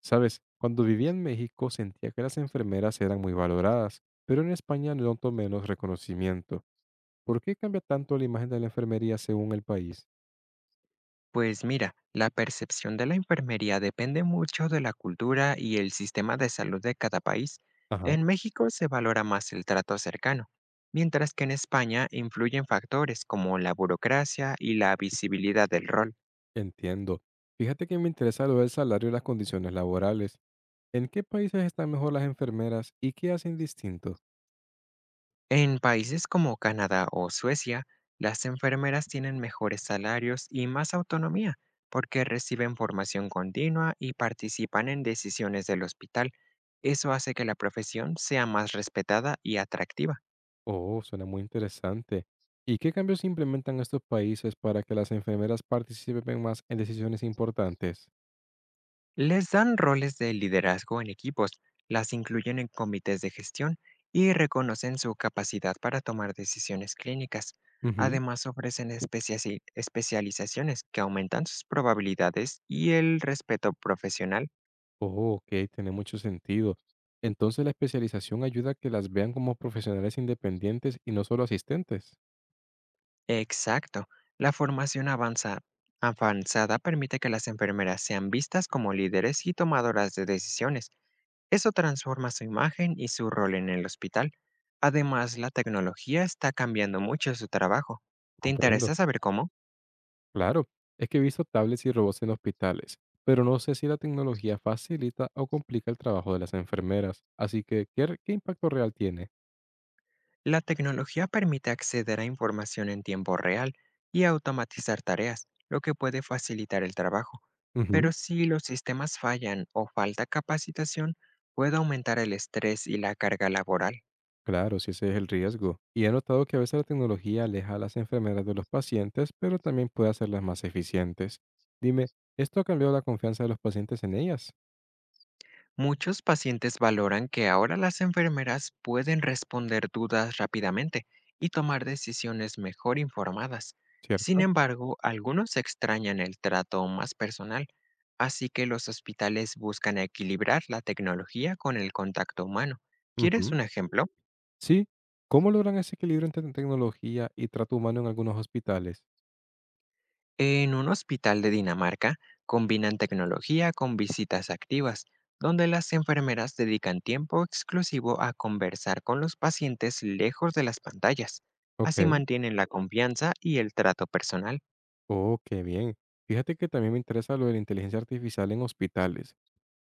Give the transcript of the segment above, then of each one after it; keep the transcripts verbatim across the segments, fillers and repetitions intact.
Sabes, cuando vivía en México sentía que las enfermeras eran muy valoradas, pero en España noto menos reconocimiento. ¿Por qué cambia tanto la imagen de la enfermería según el país? Pues mira, la percepción de la enfermería depende mucho de la cultura y el sistema de salud de cada país. Ajá, En México se valora más el trato cercano, mientras que en España influyen factores como la burocracia y la visibilidad del rol. entiendo. Fíjate que me interesa lo del salario y las condiciones laborales. ¿En qué países están mejor las enfermeras y qué hacen distinto? En países como Canadá o Suecia, las enfermeras tienen mejores salarios y más autonomía porque reciben formación continua y participan en decisiones del hospital. Eso hace que la profesión sea más respetada y atractiva. Oh, suena muy interesante. ¿Y qué cambios implementan estos países para que las enfermeras participen más en decisiones importantes? Les dan roles de liderazgo en equipos, las incluyen en comités de gestión y reconocen su capacidad para tomar decisiones clínicas. Ujú. Además, ofrecen especia- especializaciones que aumentan sus probabilidades y el respeto profesional. Oh, ok, tiene mucho sentido. Entonces la especialización ayuda a que las vean como profesionales independientes y no solo asistentes. Exacto. La formación avanza- avanzada permite que las enfermeras sean vistas como líderes y tomadoras de decisiones. Eso transforma su imagen y su rol en el hospital. Además, la tecnología está cambiando mucho su trabajo. ¿Te Comprendo. interesa saber cómo? Claro, es que he visto tablets y robots en hospitales, pero no sé si la tecnología facilita o complica el trabajo de las enfermeras. Así que, ¿qué, re- ¿qué impacto real tiene? La tecnología permite acceder a información en tiempo real y automatizar tareas, lo que puede facilitar el trabajo. Ujú. Pero si los sistemas fallan o falta capacitación, puede aumentar el estrés y la carga laboral. Claro, si ese es el riesgo. Y he notado que a veces la tecnología aleja a las enfermeras de los pacientes, pero también puede hacerlas más eficientes. Dime, ¿esto ha cambiado la confianza de los pacientes en ellas? Muchos pacientes valoran que ahora las enfermeras pueden responder dudas rápidamente y tomar decisiones mejor informadas. Sin ¿Cierto? embargo, algunos extrañan el trato más personal, así que los hospitales buscan equilibrar la tecnología con el contacto humano. ¿Quieres Ujú. un ejemplo? Sí, ¿cómo logran ese equilibrio entre tecnología y trato humano en algunos hospitales? En un hospital de Dinamarca combinan tecnología con visitas activas, donde las enfermeras dedican tiempo exclusivo a conversar con los pacientes lejos de las pantallas. Así Ok. mantienen la confianza y el trato personal. Oh, qué bien. Fíjate que también me interesa lo de la inteligencia artificial en hospitales.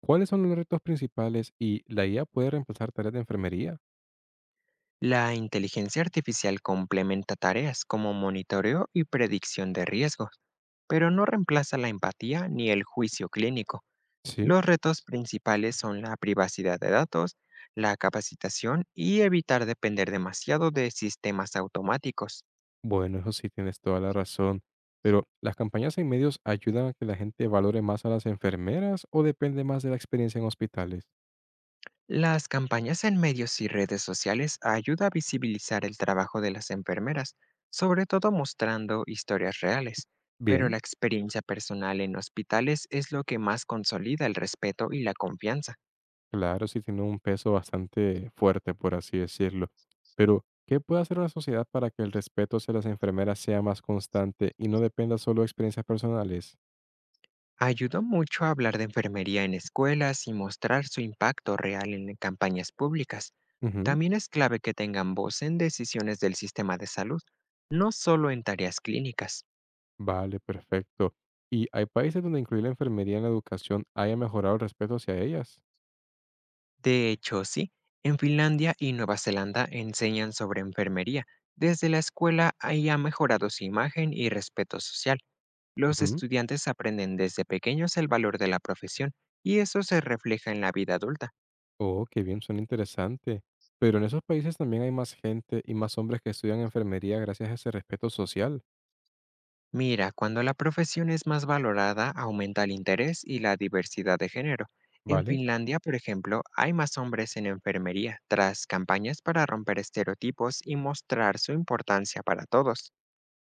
¿Cuáles son los retos principales y la I A puede reemplazar tareas de enfermería? La inteligencia artificial complementa tareas como monitoreo y predicción de riesgos, pero no reemplaza la empatía ni el juicio clínico. Sí. Los retos principales son la privacidad de datos, la capacitación y evitar depender demasiado de sistemas automáticos. Bueno, eso sí tienes toda la razón. Pero, ¿las campañas en medios ayudan a que la gente valore más a las enfermeras o depende más de la experiencia en hospitales? Las campañas en medios y redes sociales ayuda a visibilizar el trabajo de las enfermeras, sobre todo mostrando historias reales, pero Bien. la experiencia personal en hospitales es lo que más consolida el respeto y la confianza. Claro, sí tiene un peso bastante fuerte, por así decirlo. Pero, ¿qué puede hacer una sociedad para que el respeto hacia las enfermeras sea más constante y no dependa solo de experiencias personales? Ayudó mucho a hablar de enfermería en escuelas y mostrar su impacto real en campañas públicas. Ujú. También es clave que tengan voz en decisiones del sistema de salud, no solo en tareas clínicas. Vale, perfecto. ¿Y hay países donde incluir la enfermería en la educación haya mejorado el respeto hacia ellas? De hecho, sí, en Finlandia y Nueva Zelanda enseñan sobre enfermería. Desde la escuela ahí ha mejorado su imagen y respeto social. Los Ujú. estudiantes aprenden desde pequeños el valor de la profesión y eso se refleja en la vida adulta. Oh, qué bien, suena interesante. Pero en esos países también hay más gente y más hombres que estudian enfermería gracias a ese respeto social. Mira, cuando la profesión es más valorada, aumenta el interés y la diversidad de género. En Vale. Finlandia, por ejemplo, hay más hombres en enfermería, tras campañas para romper estereotipos y mostrar su importancia para todos.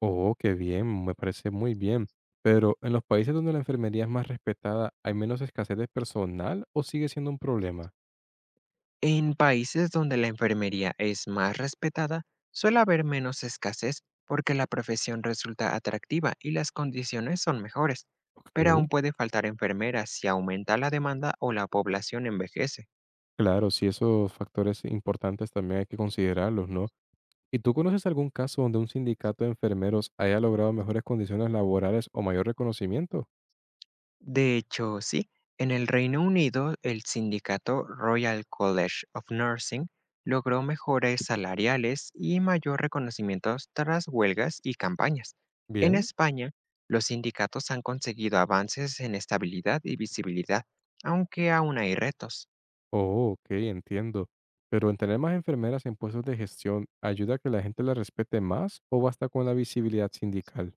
Oh, qué bien, me parece muy bien. Pero, ¿en los países donde la enfermería es más respetada, hay menos escasez de personal o sigue siendo un problema? En países donde la enfermería es más respetada, suele haber menos escasez porque la profesión resulta atractiva y las condiciones son mejores, Ok. pero aún puede faltar enfermeras si aumenta la demanda o la población envejece. Claro, sí, esos factores importantes también hay que considerarlos, ¿no? ¿Y tú conoces algún caso donde un sindicato de enfermeros haya logrado mejores condiciones laborales o mayor reconocimiento? De hecho, sí, en el Reino Unido, el sindicato Royal College of Nursing logró mejores salariales y mayor reconocimiento tras huelgas y campañas. En Bien. España, los sindicatos han conseguido avances en estabilidad y visibilidad, aunque aún hay retos. Oh, ok, entiendo. Pero en tener más enfermeras en puestos de gestión, ¿ayuda a que la gente la respete más o basta con la visibilidad sindical?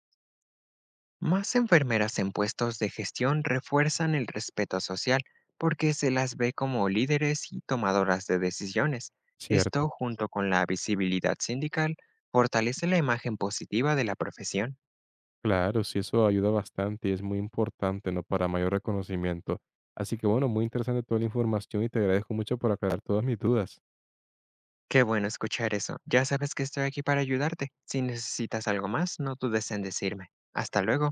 Más enfermeras en puestos de gestión refuerzan el respeto social porque se las ve como líderes y tomadoras de decisiones. Cierto. Esto, junto con la visibilidad sindical, fortalece la imagen positiva de la profesión. Claro, sí, eso ayuda bastante y es muy importante, ¿no? Para mayor reconocimiento. Así que bueno, muy interesante toda la información y te agradezco mucho por aclarar todas mis dudas. Qué bueno escuchar eso. Ya sabes que estoy aquí para ayudarte. Si necesitas algo más, no dudes en decirme. Hasta luego.